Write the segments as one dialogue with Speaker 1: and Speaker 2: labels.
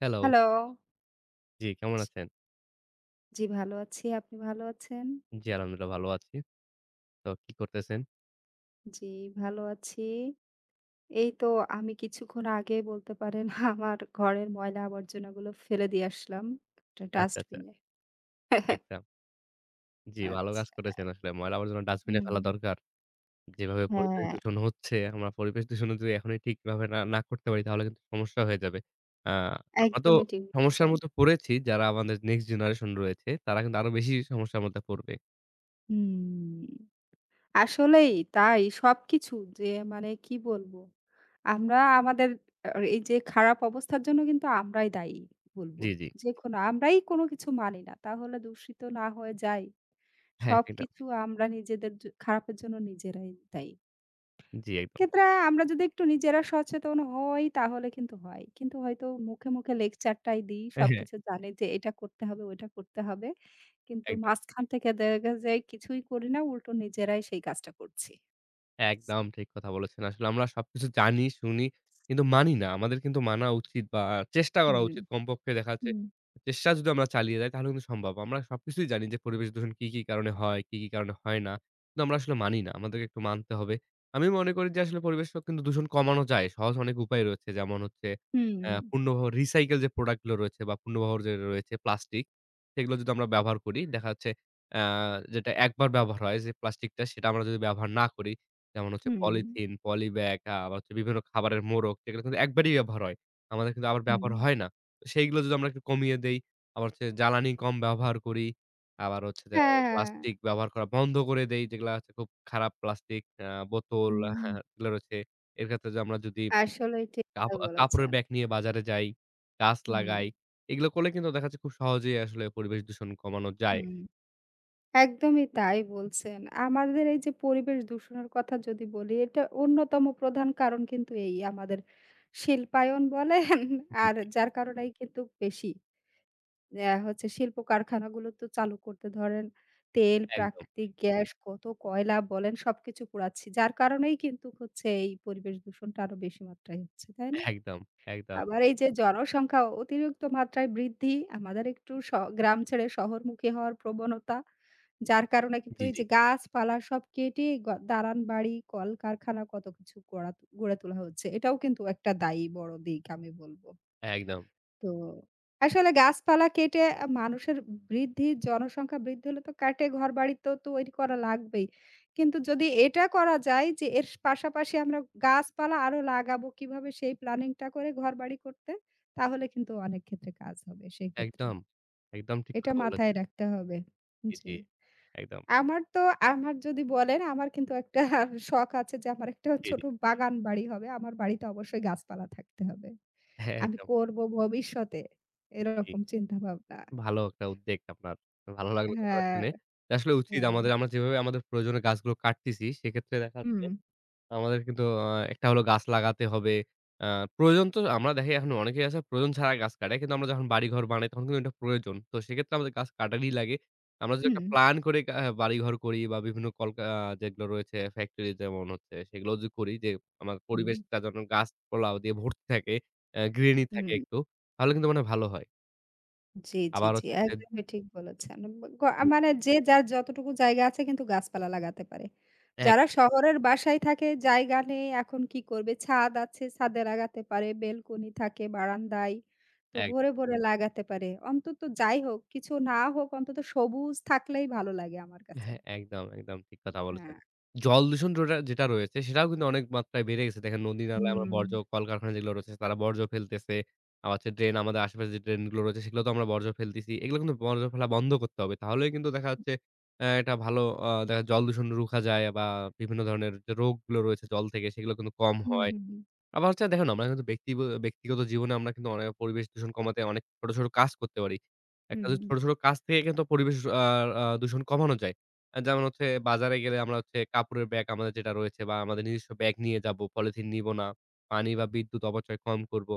Speaker 1: Hello.
Speaker 2: Hello.
Speaker 1: জি, কেমন আছেন?
Speaker 2: জি, ভালো আছি। আপনি ভালো আছেন?
Speaker 1: জি, আলহামদুলিল্লাহ ভালো আছি। তো কি করতেছেন?
Speaker 2: জি, ভালো আছি। এই তো আমি কিছুক্ষণ আগে বলতে পারেন আমার ঘরের ময়লা আবর্জনাগুলো ফেলে দিয়ে আসলাম একটা
Speaker 1: আচ্ছা, আচ্ছা।
Speaker 2: ডাস্টবিনে।
Speaker 1: একদম। জি, ভালো
Speaker 2: আচ্ছা।
Speaker 1: কাজ করেছেন আসলে। ময়লা আবর্জনা ডাস্টবিনে
Speaker 2: হুম।
Speaker 1: ফেলা দরকার। যেভাবে পরিবেশ
Speaker 2: হ্যাঁ,
Speaker 1: দূষণ হচ্ছে, আমরা পরিবেশ দূষণ যদি এখনই ঠিকভাবে না করতে পারি তাহলে কিন্তু সমস্যা হয়ে যাবে। আ আমরা তো
Speaker 2: একদমই ঠিক
Speaker 1: সমস্যার
Speaker 2: বলেছেন।
Speaker 1: মধ্যে পড়েছি, যারা আমাদের নেক্সট জেনারেশন রয়েছে তারা কিন্তু আরো বেশি সমস্যার মধ্যে পড়বে।
Speaker 2: হুম। আসলেই তাই সবকিছু যে মানে কি বলবো? আমরা আমাদের আ এই যে খারাপ অবস্থার জন্য কিন্তু আমরাই দায়ী বলব।
Speaker 1: জি, জি।
Speaker 2: যেকোনো আমরাই কোনো কিছু মানি না। তাহলে দূষিত না হয়ে যাই।
Speaker 1: হ্যাঁ, একদম।
Speaker 2: সবকিছু আমরা নিজেদের খারাপের জন্য নিজেরাই দায়ী।
Speaker 1: জি, একদম।
Speaker 2: ক্ষেত্রে আমরা যদি একটু নিজেরা সচেতন হই তাহলে কিন্তু হয়। কিন্তু হয়তো মুখে, মুখে লেকচারটাই দিই।
Speaker 1: হ্যাঁ, হ্যাঁ,
Speaker 2: সবকিছু জানি যে এটা করতে হবে, ওইটা করতে হবে। কিন্তু
Speaker 1: একদম।
Speaker 2: মাঝখান থেকে দেখা যায় কিছুই করি না। উল্টো নিজেরাই সেই কাজটা করছি।
Speaker 1: একদম ঠিক কথা বলেছেন। আসলে আমরা সবকিছু জানি, শুনি কিন্তু মানি না। আমাদের কিন্তু মানা উচিত বা চেষ্টা করা
Speaker 2: হুম,
Speaker 1: উচিত। কমপক্ষে দেখা যাচ্ছে
Speaker 2: হুম।
Speaker 1: চেষ্টা যদি আমরা চালিয়ে যাই তাহলে কিন্তু সম্ভব। আমরা সবকিছুই জানি যে পরিবেশ দূষণ কি, কি কারণে হয়, কি, কি কারণে হয় না। কিন্তু আমরা আসলে মানি না। আমাদেরকে একটু মানতে হবে। আমি মনে করি যে আসলে পরিবেশ কিন্তু দূষণ কমানো যায়। সহজ অনেক উপায় রয়েছে। যেমন হচ্ছে
Speaker 2: হুম,
Speaker 1: পূর্ণবহ রিসাইকেল যে প্রোডাক্ট গুলো রয়েছে বা পূর্ণবহর যে রয়েছে প্লাস্টিক, সেগুলো যদি আমরা ব্যবহার করি দেখা যাচ্ছে অ্যা যেটা একবার ব্যবহার হয় যে প্লাস্টিকটা সেটা আমরা যদি ব্যবহার না করি, যেমন হচ্ছে
Speaker 2: হুম,
Speaker 1: পলিথিন, পলিব্যাগ, আবার হচ্ছে বিভিন্ন খাবারের মোড়ক যেগুলো কিন্তু একবারই ব্যবহার হয়। আমাদের কিন্তু আবার
Speaker 2: হুম।
Speaker 1: ব্যবহার হয় না। তো সেইগুলো যদি আমরা একটু কমিয়ে দেই, আবার হচ্ছে জ্বালানি কম ব্যবহার করি, আবার হচ্ছে যে
Speaker 2: হ্যাঁ,
Speaker 1: প্লাস্টিক ব্যবহার করা বন্ধ করে দেই, যেগুলা হচ্ছে খুব খারাপ প্লাস্টিক বোতল, হ্যাঁ,
Speaker 2: হুম।
Speaker 1: হ্যাঁ, এগুলো রয়েছে। এর ক্ষেত্রে যে আমরা যদি
Speaker 2: আসলেই ঠিক
Speaker 1: কাপ
Speaker 2: তাই
Speaker 1: কাপড়ের
Speaker 2: বলেছেন।
Speaker 1: ব্যাগ নিয়ে বাজারে যাই, গাছ
Speaker 2: হুম,
Speaker 1: লাগাই, এগুলো করলে কিন্তু দেখা যাচ্ছে খুব সহজেই আসলে পরিবেশ দূষণ কমানো যায়।
Speaker 2: হুম। একদমই তাই বলছেন। আমাদের এই যে পরিবেশ দূষণের কথা যদি বলি, এটা অন্যতম প্রধান কারণ কিন্তু এই আমাদের শিল্পায়ন বলেন
Speaker 1: জি।
Speaker 2: আর যার কারণেই কিন্তু বেশি হচ্ছে শিল্প কারখানাগুলো তো চালু করতে ধরেন তেল,
Speaker 1: একদম,
Speaker 2: প্রাকৃতিক গ্যাস, কত কয়লা বলেন সবকিছু পোড়াচ্ছি। যার কারণেই কিন্তু হচ্ছে এই পরিবেশ দূষণটা আরো বেশি মাত্রায় হচ্ছে, তাই না?
Speaker 1: একদম, একদম।
Speaker 2: আবার এই যে জনসংখ্যা অতিরিক্ত মাত্রায় বৃদ্ধি, আমাদের একটু গ্রাম ছেড়ে শহরমুখী হওয়ার প্রবণতা। যার কারণে কিন্তু
Speaker 1: জি,
Speaker 2: এই
Speaker 1: জি।
Speaker 2: যে গাছপালা সব কেটে দালান বাড়ি, কলকারখানা কত কিছু গড়ে তোলা হচ্ছে। এটাও কিন্তু একটা দায়ী বড় দিক আমি বলব।
Speaker 1: একদম।
Speaker 2: তো আসলে গাছপালা কেটে মানুষের বৃদ্ধি, জনসংখ্যা বৃদ্ধি হলে তো কাটে ঘরবাড়ি তো তৈরি করা লাগবেই। কিন্তু যদি এটা করা যায় যে এর পাশাপাশি আমরা গাছপালা আরো লাগাবো কিভাবে সেই প্ল্যানিংটা করে ঘরবাড়ি করতে, তাহলে কিন্তু অনেক ক্ষেত্রে কাজ হবে সেক্ষেত্রে।
Speaker 1: একদম, একদম ঠিক
Speaker 2: এটা
Speaker 1: কথা
Speaker 2: মাথায়
Speaker 1: বলেছেন।
Speaker 2: রাখতে হবে।
Speaker 1: জি,
Speaker 2: জি।
Speaker 1: জি, একদম।
Speaker 2: আমার তো আমার যদি বলেন আমার কিন্তু একটা শখ আছে যে আমার একটা
Speaker 1: জি, জি।
Speaker 2: ছোট বাগান বাড়ি হবে। আমার বাড়িতে অবশ্যই গাছপালা থাকতে হবে।
Speaker 1: হ্যাঁ,
Speaker 2: আমি
Speaker 1: একদম।
Speaker 2: করব ভবিষ্যতে।
Speaker 1: জি,
Speaker 2: এরকম চিন্তাভাবনা।
Speaker 1: ভালো একটা উদ্বেগ আপনার। ভালো লাগলো কথাটা
Speaker 2: হ্যাঁ,
Speaker 1: শুনে। আসলে
Speaker 2: হ্যাঁ।
Speaker 1: উচিত আমাদের, আমরা যেভাবে আমাদের প্রয়োজনীয় গাছগুলো কাটতেছি, সেক্ষেত্রে দেখা যাচ্ছে
Speaker 2: হুম,
Speaker 1: আমাদের কিন্তু একটা হলো গাছ লাগাতে হবে। আ প্রয়োজন তো আমরা দেখি এখন অনেকেই আছে প্রয়োজন ছাড়া গাছ কাটে। কিন্তু আমরা যখন বাড়িঘর বানাই তখন কিন্তু এটা প্রয়োজন। তো সেক্ষেত্রে আমাদের গাছ কাটারই লাগে। আমরা যদি
Speaker 2: হুম,
Speaker 1: একটা প্ল্যান করে বাড়িঘর করি বা বিভিন্ন যেগুলো রয়েছে ফ্যাক্টরি, যেমন হচ্ছে, সেগুলো যদি করি যে আমার
Speaker 2: হুম,
Speaker 1: পরিবেশটা যেন গাছপালা দিয়ে ভর্তি থাকে, গ্রিনারি থাকে
Speaker 2: হুম।
Speaker 1: একটু, তাহলে কিন্তু মানে ভালো হয়।
Speaker 2: জি, জি,
Speaker 1: আবার
Speaker 2: জি।
Speaker 1: হচ্ছে যে
Speaker 2: একদমই ঠিক বলেছেন। গ
Speaker 1: জি।
Speaker 2: মানে যে যার যতটুকু জায়গা আছে কিন্তু গাছপালা লাগাতে পারে। যারা
Speaker 1: একদম,
Speaker 2: শহরের বাসায় থাকে জায়গা নেই এখন কি করবে? ছাদ আছে, ছাদে লাগাতে পারে। বেলকনি থাকে বারান্দায়। তো
Speaker 1: এক
Speaker 2: ভরে, ভরে লাগাতে পারে। অন্তত যাই হোক, কিছু না হোক অন্তত সবুজ থাকলেই ভালো লাগে আমার কাছে।
Speaker 1: হ্যাঁ, একদম, একদম ঠিক কথা বলেছেন।
Speaker 2: হ্যাঁ।
Speaker 1: জল দূষণ জোটা যেটা রয়েছে সেটাও কিন্তু অনেক মাত্রায় বেড়ে গেছে। দেখেন নদী নালায় আমরা
Speaker 2: হুম।
Speaker 1: বর্জ্য, কলকারখানা যেগুলো রয়েছে তারা বর্জ্য ফেলতেছে। আবার হচ্ছে ড্রেন, আমাদের আশেপাশে যে ড্রেন গুলো রয়েছে সেগুলোতেও আমরা বর্জ্য ফেলতেছি। এগুলো কিন্তু বর্জ্য ফেলা বন্ধ করতে হবে। তাহলেই কিন্তু দেখা যাচ্ছে এটা ভালো, আ দেখা জল দূষণ রুখা যায় বা বিভিন্ন ধরনের যে রোগগুলো রয়েছে জল থেকে সেগুলো কিন্তু কম
Speaker 2: হুম,
Speaker 1: হয়।
Speaker 2: হুম, হুম।
Speaker 1: আবার হচ্ছে দেখুন আমরা কিন্তু ব্যক্তিগত জীবনে আমরা কিন্তু অনেক পরিবেশ দূষণ কমাতে অনেক ছোট, ছোট কাজ করতে পারি। একটা যে
Speaker 2: হুম,
Speaker 1: ছোট, ছোট কাজ থেকে কিন্তু পরিবেশ আ আ দূষণ কমানো যায়। যেমন হচ্ছে বাজারে গেলে আমরা হচ্ছে কাপড়ের ব্যাগ আমাদের যেটা রয়েছে বা আমাদের নিজস্ব ব্যাগ নিয়ে যাবো, পলিথিন নিবো না। পানি বা বিদ্যুৎ অপচয় কম করবো।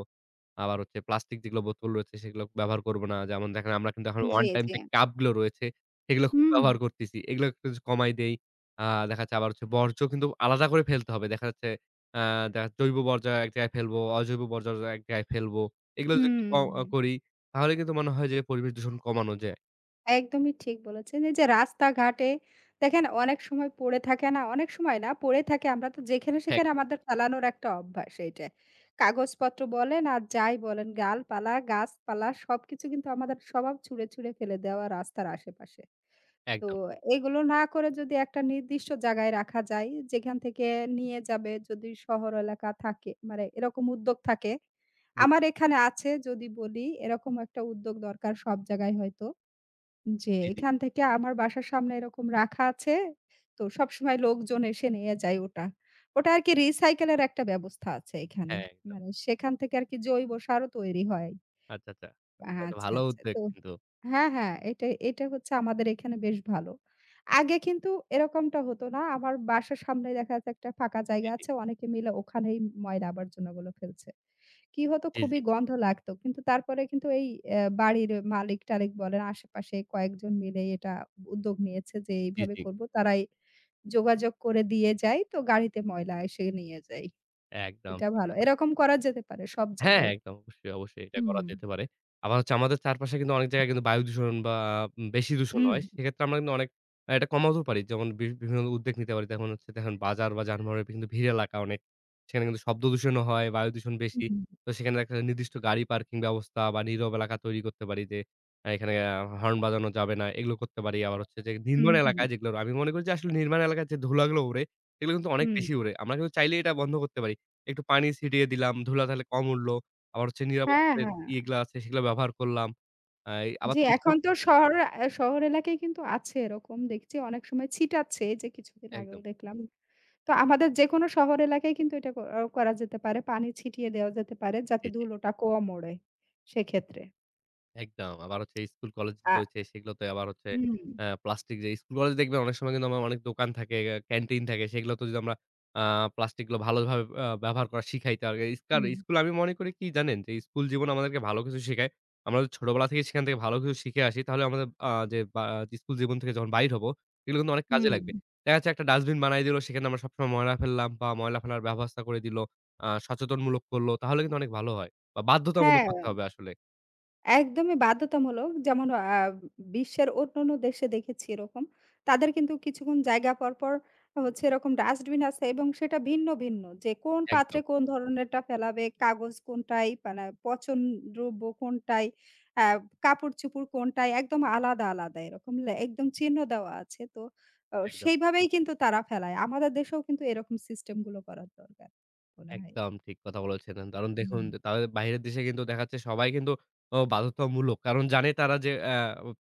Speaker 1: আবার হচ্ছে প্লাস্টিক যেগুলো বোতল রয়েছে সেগুলো ব্যবহার করবো না। যেমন দেখেন আমরা কিন্তু এখন ওয়ান
Speaker 2: জি,
Speaker 1: টাইম
Speaker 2: জি।
Speaker 1: যে কাপগুলো রয়েছে সেগুলো খুব
Speaker 2: হুম,
Speaker 1: ব্যবহার করতেছি। এগুলো একটু কমাই দেই। আ দেখা যাচ্ছে আবার হচ্ছে বর্জ্য কিন্তু আলাদা করে ফেলতে হবে। দেখা যাচ্ছে আ দেখা জৈব বর্জ্য এক জায়গায় ফেলবো, অজৈব বর্জ্য এক জায়গায় ফেলবো। এগুলো যদি
Speaker 2: হুম,
Speaker 1: একটু ক আ
Speaker 2: হুম।
Speaker 1: করি তাহলে কিন্তু মনে হয় যে পরিবেশ দূষণ কমানো যায়।
Speaker 2: একদমই ঠিক বলেছেন। এই যে রাস্তাঘাটে দেখেন অনেক সময় পড়ে থাকে না, অনেক সময় না পড়ে থাকে আমরা তো যেখানে সেখানে
Speaker 1: একদম,
Speaker 2: আমাদের ফেলানোর একটা অভ্যাস এইটা। কাগজপত্র বলেন আর যাই বলেন গালপালা, গাছপালা সবকিছু কিন্তু আমাদের স্বভাব ছুঁড়ে, ছুঁড়ে ফেলে দেওয়া রাস্তার আশেপাশে। তো
Speaker 1: একদম।
Speaker 2: এগুলো না করে যদি একটা নির্দিষ্ট জায়গায় রাখা যায়, যেখান থেকে নিয়ে যাবে যদি শহর এলাকা থাকে, মানে এরকম উদ্যোগ থাকে।
Speaker 1: জি,
Speaker 2: আমার এখানে আছে যদি বলি এরকম একটা উদ্যোগ দরকার সব জায়গায় হয়তো। যে
Speaker 1: জি, জি।
Speaker 2: এখান থেকে আমার বাসার সামনে এরকম রাখা আছে। তো সবসময় লোকজন এসে নিয়ে যায় ওটা। ওটা আরকি রিসাইকেল এর একটা ব্যবস্থা আছে এখানে।
Speaker 1: হ্যাঁ, একদম।
Speaker 2: মানে সেখান থেকে আরকি জৈব সারও তৈরি হয়।
Speaker 1: আচ্ছা, আচ্ছা। এটা
Speaker 2: আচ্ছা,
Speaker 1: ভালো
Speaker 2: আচ্ছা।
Speaker 1: উদ্যোগ
Speaker 2: তো
Speaker 1: কিন্তু।
Speaker 2: হ্যাঁ, হ্যাঁ। এটা এটা হচ্ছে আমাদের এখানে বেশ ভালো। আগে কিন্তু এরকমটা হতো না। আমার বাসার সামনে দেখা যাচ্ছে একটা ফাঁকা জায়গা
Speaker 1: জি, জি,
Speaker 2: আছে। অনেকে মিলে ওখানেই ময়লা আবর্জনাগুলো ফেলছে। কি হতো
Speaker 1: জি,
Speaker 2: খুবই
Speaker 1: জি,
Speaker 2: গন্ধ লাগতো। কিন্তু তারপরে কিন্তু এই বাড়ির মালিক-টালিক বলেন আশেপাশে কয়েকজন মিলে এটা উদ্যোগ নিয়েছে যে
Speaker 1: জি,
Speaker 2: এইভাবে
Speaker 1: জি।
Speaker 2: করব। তারাই যোগাযোগ করে দিয়ে যায়। তো গাড়িতে ময়লা এসে নিয়ে যায়।
Speaker 1: একদম
Speaker 2: এটা
Speaker 1: ঠিক
Speaker 2: ভালো।
Speaker 1: কথা।
Speaker 2: এরকম করা যেতে পারে সব
Speaker 1: হ্যাঁ, হ্যাঁ,
Speaker 2: জায়গায়।
Speaker 1: একদম। অবশ্যই, অবশ্যই এটা করা
Speaker 2: হুম।
Speaker 1: যেতে পারে। আবার হচ্ছে আমাদের চারপাশে কিন্তু অনেক জায়গায় কিন্তু বায়ু দূষণ বা বেশি দূষণ
Speaker 2: হুম,
Speaker 1: হয়। সেক্ষেত্রে আমরা কিন্তু অনেক এটা কমাতেও পারি। যেমন বিভিন্ন উদ্যোগ নিতে পারি। যেমন হচ্ছে দেখেন বাজার বা যানবাহনের কিন্তু ভিড় এলাকা অনেক। সেখানে কিন্তু শব্দ দূষণও হয়, বায়ু দূষণ বেশি।
Speaker 2: হুম,
Speaker 1: তো সেখানে একটা নির্দিষ্ট গাড়ি পার্কিং ব্যবস্থা বা নীরব এলাকা তৈরি করতে পারি যে, আ এখানে আ হর্ন বাজানো যাবে না, এগুলো করতে পারি। আবার হচ্ছে যে
Speaker 2: হুম,
Speaker 1: নির্মাণ
Speaker 2: হুম,
Speaker 1: এলাকায় যেগুলো আমি মনে করি যে আসলে নির্মাণ এলাকায় যে ধুলাগুলো ওড়ে, এগুলো কিন্তু অনেক
Speaker 2: হুম।
Speaker 1: বেশি ওড়ে। আমরা কিন্তু চাইলে এটা বন্ধ করতে পারি। একটু পানি ছিটিয়ে দিলাম, ধুলা তাহলে কম উড়ল। আবার হচ্ছে নিরাপত্তার
Speaker 2: হ্যাঁ,
Speaker 1: যে
Speaker 2: হ্যাঁ।
Speaker 1: ইয়েগুলা আছে সেগুলা ব্যবহার করলাম। আ এই আবার
Speaker 2: জি,
Speaker 1: তো স্কুল
Speaker 2: এখন তো শহর শহর এলাকায় কিন্তু আছে এরকম দেখছি অনেক সময় ছিটাচ্ছে। এই যে কিছুদিন আগেও
Speaker 1: একদম।
Speaker 2: দেখলাম। তো আমাদের যেকোনো শহর এলাকায় কিন্তু এটা ক অ করা যেতে পারে। পানি ছিটিয়ে দেওয়া যেতে পারে যাতে
Speaker 1: জি, জি।
Speaker 2: ধুলোটা কম ওড়ে সেক্ষেত্রে।
Speaker 1: একদম। আবার হচ্ছে স্কুল
Speaker 2: আ
Speaker 1: কলেজগুলো রয়েছে সেগুলোতে আবার হচ্ছে
Speaker 2: হুম,
Speaker 1: প্লাস্টিক যে স্কুল কলেজে দেখবেন অনেক সময় কিন্তু আমার অনেক দোকান থাকে, ক্যান্টিন থাকে সেগুলোতে যদি আমরা আ প্লাস্টিকগুলো ভালোভাবে ব্যবহার করা শিখাই তাহলে
Speaker 2: হুম,
Speaker 1: স্কুল, আমি মনে করি কি জানেন? যে স্কুল জীবন আমাদেরকে ভালো কিছু শিখায়। আমরা যদি ছোটবেলা থেকে সেখান থেকে ভালো কিছু শিখে আসি তাহলে আমাদের আ যে বা স্কুল জীবন থেকে যখন বাইর হব এগুলো কিন্তু অনেক কাজে
Speaker 2: হুম।
Speaker 1: লাগবে। দেখা যাচ্ছে একটা ডাস্টবিন বানায় দিল সেখানে আমরা সবসময় ময়লা ফেললাম বা ময়লা ফেলার ব্যবস্থা করে দিল। সচেতনমূলক করল তাহলে কিন্তু অনেক ভালো হয়। বা বাধ্যতামূলক
Speaker 2: হ্যাঁ।
Speaker 1: করতে হবে আসলে।
Speaker 2: একদমই বাধ্যতামূলক। যেমন আ বিশ্বের অন্যান্য দেশে দেখেছি এরকম। তাদের কিন্তু কিছুক্ষণ জায়গা পর, পর হচ্ছে এরকম ডাস্টবিন আছে এবং সেটা ভিন্ন, ভিন্ন। যে কোন পাত্রে
Speaker 1: একদম,
Speaker 2: কোন ধরনেরটা ফেলাবে, কাগজ কোনটায়, মানে পচনদ্রব্য কোনটায়, আ কাপড়-চোপড় কোনটায় একদম আলাদা, আলাদা এরকম একদম চিহ্ন দেওয়া আছে। তো
Speaker 1: একদম।
Speaker 2: সেইভাবেই কিন্তু তারা ফেলায়। আমাদের দেশেও কিন্তু এরকম সিস্টেমগুলো করার দরকার মনে হয়।
Speaker 1: একদম ঠিক কথা বলেছেন। কারণ দেখুন
Speaker 2: হুম।
Speaker 1: যে তাদের বাইরের দেশে কিন্তু দেখা যাচ্ছে সবাই কিন্তু ও বাধ্যতামূলক। কারণ জানে তারা যে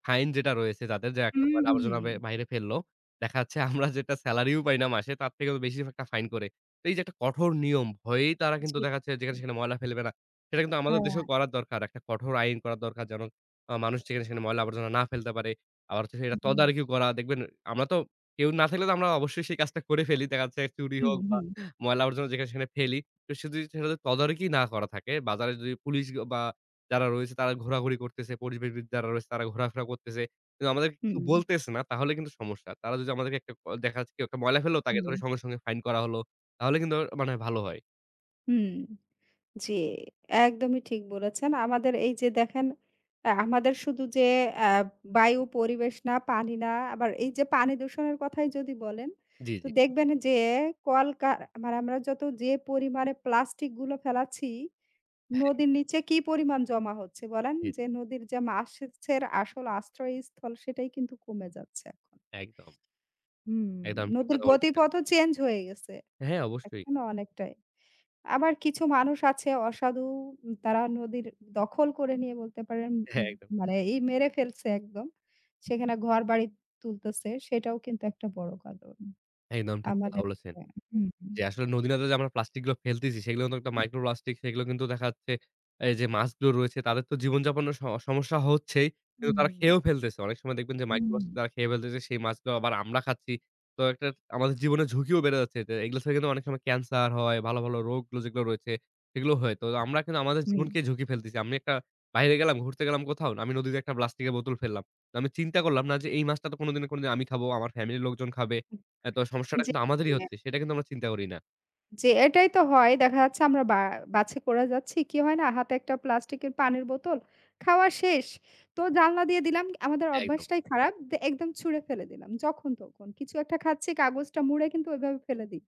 Speaker 1: ফাইন যেটা রয়েছে তাদের যে একটা
Speaker 2: হুম,
Speaker 1: ময়লা আবর্জনা
Speaker 2: হুম।
Speaker 1: বাইরে ফেললো। দেখা যাচ্ছে আমরা যেটা সেলারিও পাই না মাসে তার থেকেও বেশি একটা ফাইন করে। তো এই যে একটা কঠোর নিয়ম ভয়েই তারা
Speaker 2: জি।
Speaker 1: কিন্তু দেখা যাচ্ছে যেখানে সেখানে ময়লা ফেলবে না। সেটা কিন্তু আমাদের দেশেও করার দরকার। একটা কঠোর আইন করা দরকার যেন মানুষ যেখানে সেখানে ময়লা আবর্জনা না ফেলতে পারে। আবার হচ্ছে সেটা
Speaker 2: হ্যাঁ।
Speaker 1: তদারকিও করা। দেখবেন আমরা তো কেউ না থাকলে তো আমরা অবশ্যই সেই কাজটা করে ফেলি। দেখা যাচ্ছে চুরি
Speaker 2: হুম,
Speaker 1: হোক বা
Speaker 2: হুম,
Speaker 1: ময়লা-আবর্জনা যেখানে সেখানে ফেলি। তো সে যদি সেটা যদি তদারকি না করা থাকে, বাজারে যদি পুলিশ গ বা যারা রয়েছে তারা ঘোরাঘুরি করতেছে, পরিবেশবিদ যারা রয়েছে তারা ঘোরাফেরা করতেছে। কিন্তু আমাদেরকে কিছু
Speaker 2: হুম,
Speaker 1: বলতেছে না, তাহলে কিন্তু সমস্যা। তারা যদি আমাদেরকে একটা ক দেখা যাচ্ছে কেউ একটা ময়লা ফেললো, তাকে ধরে
Speaker 2: হুম,
Speaker 1: সঙ্গে, সঙ্গে ফাইন করা হলো। তাহলে কিন্তু মানে ভালো হয়।
Speaker 2: হুম। জি, একদমই ঠিক বলেছেন। আমাদের এই যে দেখেন আমাদের শুধু যে আ বায়ু, পরিবেশ না, পানি না, আবার এই যে পানি দূষণের কথাই যদি বলেন,
Speaker 1: জি,
Speaker 2: তো
Speaker 1: জি,
Speaker 2: দেখবেন যে কলকার মানে আমরা যত যে পরিমাণে প্লাস্টিক গুলো ফেলাচ্ছি, নদীর নিচে কি পরিমাণ জমা হচ্ছে বলেন?
Speaker 1: জি, জি।
Speaker 2: যে নদীর যে মাছের আসল আশ্রয়স্থল সেটাই কিন্তু কমে যাচ্ছে এখন।
Speaker 1: একদম,
Speaker 2: হুম।
Speaker 1: একদম ঠিক
Speaker 2: নদীর
Speaker 1: কথা বলেছেন।
Speaker 2: গতিপথও চেঞ্জ হয়ে গেছে,
Speaker 1: হ্যাঁ, অবশ্যই।
Speaker 2: এখন অনেকটাই। আবার কিছু মানুষ আছে অসাধু তারা নদীর দখল করে নিয়ে বলতে পারেন
Speaker 1: হ্যাঁ,
Speaker 2: উম
Speaker 1: একদম,
Speaker 2: মানে এই মেরে ফেলছে একদম। সেখানে ঘরবাড়ি তুলতেছে সেটাও কিন্তু একটা বড় কারণ।
Speaker 1: একদম ঠিক কথা
Speaker 2: আমাদের
Speaker 1: বলেছেন।
Speaker 2: হুম, হুম,
Speaker 1: যে আসলে নদী-নালাতে যে আমরা প্লাস্টিক গুলো ফেলতেছি সেগুলো কিন্তু একটা
Speaker 2: হুম,
Speaker 1: মাইক্রো প্লাস্টিক, সেগুলো কিন্তু দেখা যাচ্ছে এই যে মাছগুলো রয়েছে তাদের তো জীবনযাপনের সমস্যা হচ্ছেই। কিন্তু তারা খেয়েও ফেলতেছে। অনেক সময় দেখবেন যে মাইক্রো
Speaker 2: হুম,
Speaker 1: প্লাস্টিক তারা খেয়ে ফেলতেছে। সেই মাছগুলো আবার আমরা খাচ্ছি। তো একটা আমাদের জীবনের ঝুঁকিও বেড়ে যাচ্ছে। তো এগুলো থেকে কিন্তু অনেক সময় ক্যান্সার হয়, ভালো, ভালো রোগগুলো যেগুলো রয়েছে সেগুলো হয়। তো আমরা কিন্তু আমাদের
Speaker 2: হুম,
Speaker 1: জীবনকেই ঝুঁকি ফেলতেছি। আমি একটা বাইরে গেলাম, ঘুরতে গেলাম কোথাও। আমি নদীতে একটা প্লাস্টিকের বোতল ফেললাম। তো আমি চিন্তা করলাম না যে এই মাছটা তো কোনদিন না কোনদিন আমি খাবো, আমার ফ্যামিলির লোকজন খাবে।
Speaker 2: হুম
Speaker 1: এ তো সমস্যাটা
Speaker 2: জি,
Speaker 1: কিন্তু আমাদেরই
Speaker 2: জি।
Speaker 1: হচ্ছে। সেটা কিন্তু আমরা চিন্তা করি না।
Speaker 2: জি, এটাই তো হয়। দেখা যাচ্ছে আমরা বাছে করে যাচ্ছি। কি হয় না? হাতে একটা প্লাস্টিকের পানির বোতল, খাওয়া শেষ। তো জানলা দিয়ে দিলাম। আমাদের
Speaker 1: একদম।
Speaker 2: অভ্যাসটাই খারাপ। একদম ছুঁড়ে ফেলে দিলাম। যখন তখন। কিছু একটা খাচ্ছি, কাগজটা মুড়ে কিন্তু ওইভাবে ফেলে দিই।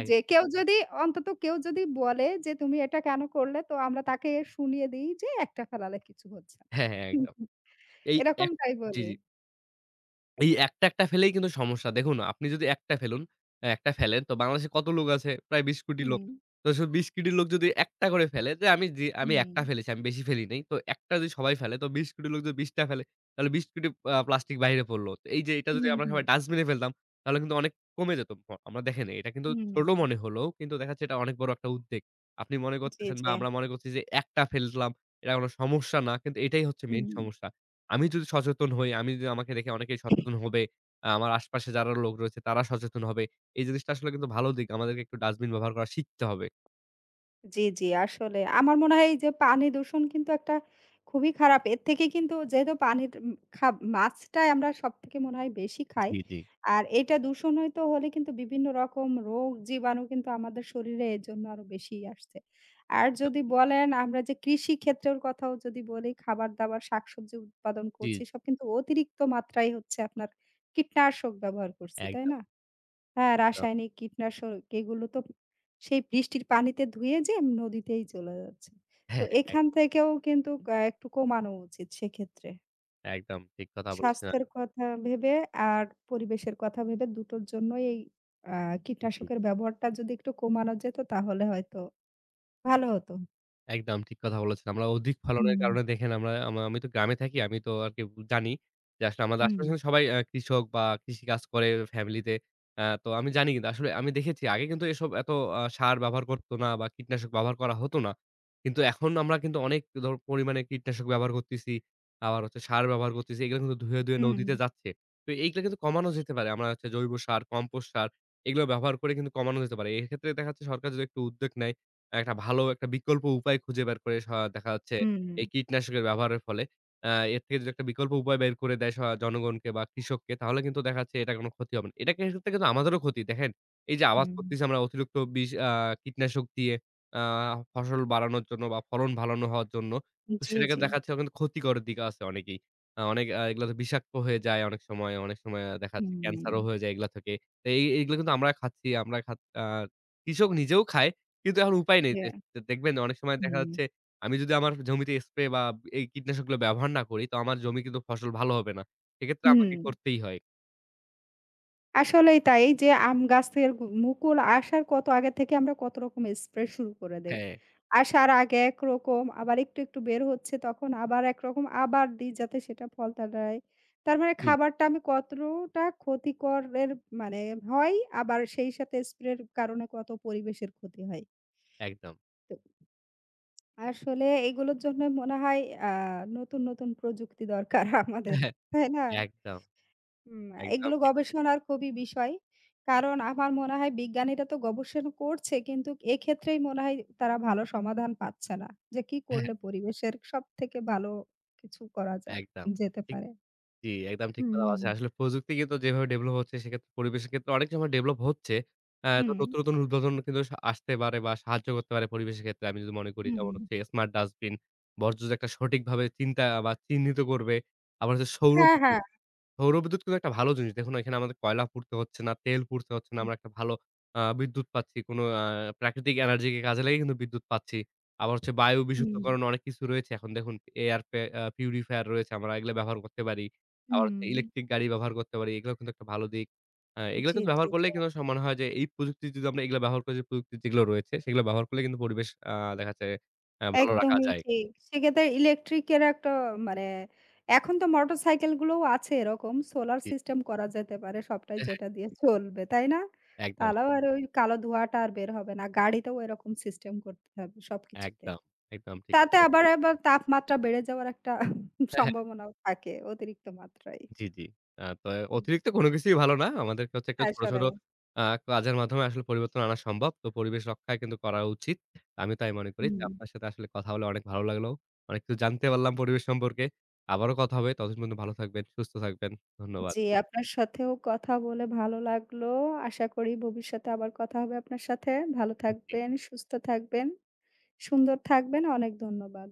Speaker 1: এক
Speaker 2: যে কেউ যদি অন্তত কেউ যদি বলে যে, "তুমি এটা কেন করলে?" তো আমরা তাকে শুনিয়ে দিই যে, "একটা ফেলালে কিছু হচ্ছে না।"
Speaker 1: হ্যাঁ, হ্যাঁ,
Speaker 2: হুম,
Speaker 1: একদম।
Speaker 2: হুম।
Speaker 1: এই এক
Speaker 2: এরকমটাই
Speaker 1: জি,
Speaker 2: বলি।
Speaker 1: জি। এই একটা, একটা ফেলেই কিন্তু সমস্যা। দেখুন আপনি যদি একটা ফেলুন একটা ফেলেন তো বাংলাদেশে কত লোক আছে? প্রায় ২০ কোটি লোক।
Speaker 2: হুম,
Speaker 1: তো সে ২০ কোটি লোক যদি একটা করে ফেলে যে আমি
Speaker 2: হুম,
Speaker 1: একটা ফেলেছি, আমি বেশি ফেলি নাই। তো একটা যদি সবাই ফেলে তো ২০ কোটি লোক যদি ২০ টা ফেলে তাহলে ২০ কোটি প্লাস্টিক বাইরে পড়লো। তো এই যে এটা যদি
Speaker 2: হুম,
Speaker 1: আমরা সবাই ডাস্টবিন এ ফেলতাম তাহলে কিন্তু অনেক কমে যেত। আমরা দেখেন এটা কিন্তু
Speaker 2: হুম,
Speaker 1: ছোট
Speaker 2: হুম।
Speaker 1: মনে হলেও কিন্তু দেখা যাচ্ছে এটা অনেক বড় একটা উদ্বেগ। আপনি মনে
Speaker 2: জি,
Speaker 1: করতেছেন বা
Speaker 2: জি।
Speaker 1: আমরা মনে করছি যে একটা ফেললাম এটা কোনো সমস্যা না। কিন্তু এটাই হচ্ছে মেইন
Speaker 2: হুম।
Speaker 1: সমস্যা। আমি যদি সচেতন হই, আমি যদি আমাকে দেখে অনেকেই সচেতন হবে। আমার আশপাশে যারা লোক রয়েছে তারা সচেতন হবে। এই জিনিসটা আসলে কিন্তু ভালো দিক। আমাদেরকে একটু ডাস্টবিন ব্যবহার করা শিখতে হবে।
Speaker 2: জি, জি। আসলে আমার মনে হয় এই যে পানি দূষণ কিন্তু একটা খুবই খারাপ। এর থেকে কিন্তু যেহেতু পানির উম খা মাছটাই আমরা সবথেকে মনে হয় বেশি খাই।
Speaker 1: জি, জি।
Speaker 2: আর এটা দূষণ হয়তো হলে কিন্তু বিভিন্ন রকম রোগ জীবাণু কিন্তু আমাদের শরীরে এর জন্য আরো বেশিই আসছে। আর যদি বলেন আমরা যে কৃষি ক্ষেত্রের কথাও যদি বলি, খাবার-দাবার, শাকসবজি উৎপাদন
Speaker 1: জি,
Speaker 2: করছি সব কিন্তু অতিরিক্ত মাত্রায় হচ্ছে আপনার কীটনাশক ব্যবহার করছি, তাই
Speaker 1: একদম,
Speaker 2: না? হ্যাঁ,
Speaker 1: একদম।
Speaker 2: রাসায়নিক কীটনাশক এগুলো তো সেই বৃষ্টির পানিতে ধুয়ে যেয়ে নদীতেই চলে যাচ্ছে। তো
Speaker 1: হ্যাঁ, হ্যাঁ, এক
Speaker 2: এখান থেকেও কিন্তু একটু কমানো উচিত সেক্ষেত্রে।
Speaker 1: একদম ঠিক কথা বলেছেন
Speaker 2: স্বাস্থ্যের
Speaker 1: আপনি।
Speaker 2: কথা ভেবে আর পরিবেশের কথা ভেবে দুটোর জন্যই এই আ
Speaker 1: জি।
Speaker 2: কীটনাশকের ব্যবহারটা যদি একটু কমানো যেত তাহলে হয়তো ভালো হতো।
Speaker 1: একদম ঠিক কথা বলেছেন। আমরা অধিক ফলনের
Speaker 2: হুম,
Speaker 1: কারণে দেখেন আমরা আমি তো গ্রামে থাকি। আমি তো আরকি জানি যে আসলে আমাদের
Speaker 2: হুম,
Speaker 1: আশেপাশে সবাই কৃষক বা কৃষিকাজ করে ফ্যামিলিতে। তো আমি জানি কিন্তু আসলে আমি দেখেছি আগে কিন্তু এসব এত সার ব্যবহার করত না বা কীটনাশক ব্যবহার করা হতো না। কিন্তু এখন আমরা কিন্তু অনেক পরিমাণে কীটনাশক ব্যবহার করতেছি। আবার হচ্ছে সার ব্যবহার করতেছি। এগুলো কিন্তু ধুয়ে, ধুয়ে
Speaker 2: হুম,
Speaker 1: নদীতে যাচ্ছে। তো এইগুলা কিন্তু কমানো যেতে পারে। আমরা হচ্ছে জৈব সার, কম্পোস্ট সার, এগুলো ব্যবহার করে কিন্তু কমানো যেতে পারে। এক্ষেত্রে দেখা যাচ্ছে সরকার যদি একটু উদ্যোগ নেয়, একটা ভালো একটা বিকল্প উপায় খুঁজে বের করে, স দেখা যাচ্ছে
Speaker 2: হুম,
Speaker 1: এই কীটনাশকের ব্যবহারের ফলে আ এর থেকে যদি একটা বিকল্প উপায় বের করে দেয় জনগণকে বা কৃষককে তাহলে কিন্তু দেখা যাচ্ছে এটা কোনো ক্ষতি হবে না। এটা ক্ষেত্রে কিন্তু আমাদেরও ক্ষতি। দেখেন এই যে আবাদ
Speaker 2: হুম,
Speaker 1: করতেছি আমরা অতিরিক্ত বিষ, কীটনাশক দিয়ে আ ফসল বাড়ানোর জন্য বা ফলন ভালানো হওয়ার জন্য, তো
Speaker 2: জি,
Speaker 1: সেটাকে
Speaker 2: জি।
Speaker 1: দেখা যাচ্ছে কিন্তু ক্ষতিকরের দিকে আছে অনেকেই। আ অনেক আ এগুলা তো বিষাক্ত হয়ে যায় অনেক সময়, অনেক সময় দেখা যাচ্ছে
Speaker 2: হুম,
Speaker 1: ক্যান্সারও হয়ে যায় এগুলা থেকে। তো এই এইগুলো কিন্তু আমরা খাচ্ছি, আমরা খা আ কৃষক নিজেও খায়। কিন্তু এখন উপায় নেই।
Speaker 2: ইয়া
Speaker 1: দেখবেন অনেক সময় দেখা
Speaker 2: হুম,
Speaker 1: যাচ্ছে আমি যদি আমার জমিতে স্প্রে বা এই কীটনাশকগুলো ব্যবহার না করি, তো আমার জমি কিন্তু ফসল ভালো হবে না। সেক্ষেত্রে
Speaker 2: হুম।
Speaker 1: আমাকে করতেই হয়।
Speaker 2: আসলেই তাই যে আম গাছের মুকুল আসার কত আগে থেকে আমরা কত রকম স্প্রে শুরু করে দেই।
Speaker 1: হ্যাঁ,
Speaker 2: আসার আগে একরকম আবার একটু, একটু বের হচ্ছে তখন আবার একরকম আবার দিই যাতে সেটা ফল দাঁড়ায়। তার মানে
Speaker 1: জি, জি,
Speaker 2: খাবারটা আমি কতটা ক্ষতিকরের মানে হয় আবার সেই সাথে স্প্রের কারণে কত পরিবেশের ক্ষতি হয়।
Speaker 1: একদম।
Speaker 2: তো আসলে এগুলোর জন্য মনে হয় আ নতুন, নতুন প্রযুক্তি দরকার আমাদের। তাই না?
Speaker 1: হ্যাঁ, একদম,
Speaker 2: হুম,
Speaker 1: একদম
Speaker 2: এগুলো
Speaker 1: ঠিক।
Speaker 2: গবেষণার খুবই বিষয়। কারণ আমার মনে হয় বিজ্ঞানীরা তো গবেষণা করছে কিন্তু এক্ষেত্রেই মনে হয় তারা ভালো সমাধান পাচ্ছে না। যে কি করলে পরিবেশের সবথেকে ভালো কিছু করা
Speaker 1: হ্যাঁ,
Speaker 2: যায়
Speaker 1: একদম।
Speaker 2: যেতে
Speaker 1: ঠিক
Speaker 2: পারে।
Speaker 1: জি, একদম ঠিক কথা
Speaker 2: হুম,
Speaker 1: বলেছেন। আসলে প্রযুক্তি কিন্তু যেভাবে ডেভেলপ হচ্ছে সেক্ষেত্রে পরিবেশের ক্ষেত্রে অনেক সময় ডেভেলপ হচ্ছে। তো
Speaker 2: হুম,
Speaker 1: নতুন, নতুন উদ্বোধন কিন্তু আসতে পারে বা সাহায্য করতে পারে পরিবেশের ক্ষেত্রে। আমি যদি মনে করি যেমন
Speaker 2: হুম।
Speaker 1: হচ্ছে স্মার্ট ডাস্টবিন, বর্জ্য যে একটা সঠিকভাবে চিন্তা বা চিহ্নিত করবে। আবার হচ্ছে
Speaker 2: হ্যাঁ, হ্যাঁ।
Speaker 1: সৌরবিদ্যুৎ কিন্তু একটা ভালো জিনিস। দেখুন এখানে আমাদের কয়লা পুড়তে হচ্ছে না, তেল পুড়তে হচ্ছে না। আমরা একটা ভালো বিদ্যুৎ পাচ্ছি। কোনো আ প্রাকৃতিক এনার্জি কে কাজে লাগিয়ে কিন্তু বিদ্যুৎ পাচ্ছি। আবার হচ্ছে বায়ু
Speaker 2: হুম,
Speaker 1: বিশুদ্ধকরণ অনেক কিছু রয়েছে। এখন দেখুন এয়ার পে আ পিউরিফায়ার রয়েছে। আমরা এগুলো ব্যবহার করতে পারি। আবার হচ্ছে
Speaker 2: হুম।
Speaker 1: ইলেকট্রিক গাড়ি ব্যবহার করতে পারি। এগুলাও কিন্তু একটা ভালো দিক। এগুলো
Speaker 2: জি,
Speaker 1: কিন্তু
Speaker 2: জি,
Speaker 1: ব্যবহার
Speaker 2: জি।
Speaker 1: করলেই কিন্তু আমার মনে হয় যে এই প্রযুক্তি যদি আমরা এগুলো ব্যবহার করি, যে প্রযুক্তি যেগুলো রয়েছে সেগুলো ব্যবহার করলে কিন্তু পরিবেশ দেখা যাচ্ছে ভালো রাখা
Speaker 2: একদমই
Speaker 1: যায়।
Speaker 2: ঠিক। সেক্ষেত্রে ইলেকট্রিকের একটা মানে এখন তো মোটরসাইকেল গুলোও আছে এরকম সোলার
Speaker 1: জি।
Speaker 2: সিস্টেম করা যেতে পারে সবটাই
Speaker 1: হ্যাঁ,
Speaker 2: যেটা
Speaker 1: হ্যাঁ।
Speaker 2: দিয়ে চলবে, তাই না?
Speaker 1: একদম,
Speaker 2: তাহলেও আর ওই কালো ধোঁয়াটা আর বের হবে না। গাড়িতেও এরকম সিস্টেম করতে হবে সবকিছুতে।
Speaker 1: একদম, একদম ঠিক
Speaker 2: তাতে
Speaker 1: কথা
Speaker 2: আবার,
Speaker 1: বলেছেন।
Speaker 2: আবার তাপমাত্রা বেড়ে যাওয়ার একটা
Speaker 1: হ্যাঁ, হ্যাঁ।
Speaker 2: সম্ভাবনাও থাকে অতিরিক্ত মাত্রায়।
Speaker 1: জি, জি। তো
Speaker 2: হুম।
Speaker 1: অতিরিক্ত কোনো কিছুই ভালো না। আমাদেরকে হচ্ছে একটা ছোট,
Speaker 2: আসলে
Speaker 1: ছোট আ কাজের মাধ্যমে আসলে পরিবর্তন আনা সম্ভব। তো পরিবেশ রক্ষা কিন্তু করা উচিত। আমি তাই মনে করি যে
Speaker 2: হুম।
Speaker 1: আপনার সাথে আসলে কথা বলে অনেক ভালো লাগলো। অনেক কিছু জানতে পারলাম পরিবেশ সম্পর্কে। আবারও কথা হবে। ততদিন পর্যন্ত ভালো থাকবেন, সুস্থ থাকবেন। ধন্যবাদ।
Speaker 2: জি, আপনার সাথেও কথা বলে ভালো লাগলো। আশা করি ভবিষ্যতে আবার কথা হবে আপনার সাথে। ভালো থাকবেন, সুস্থ থাকবেন। সুন্দর থাকবেন। অনেক ধন্যবাদ।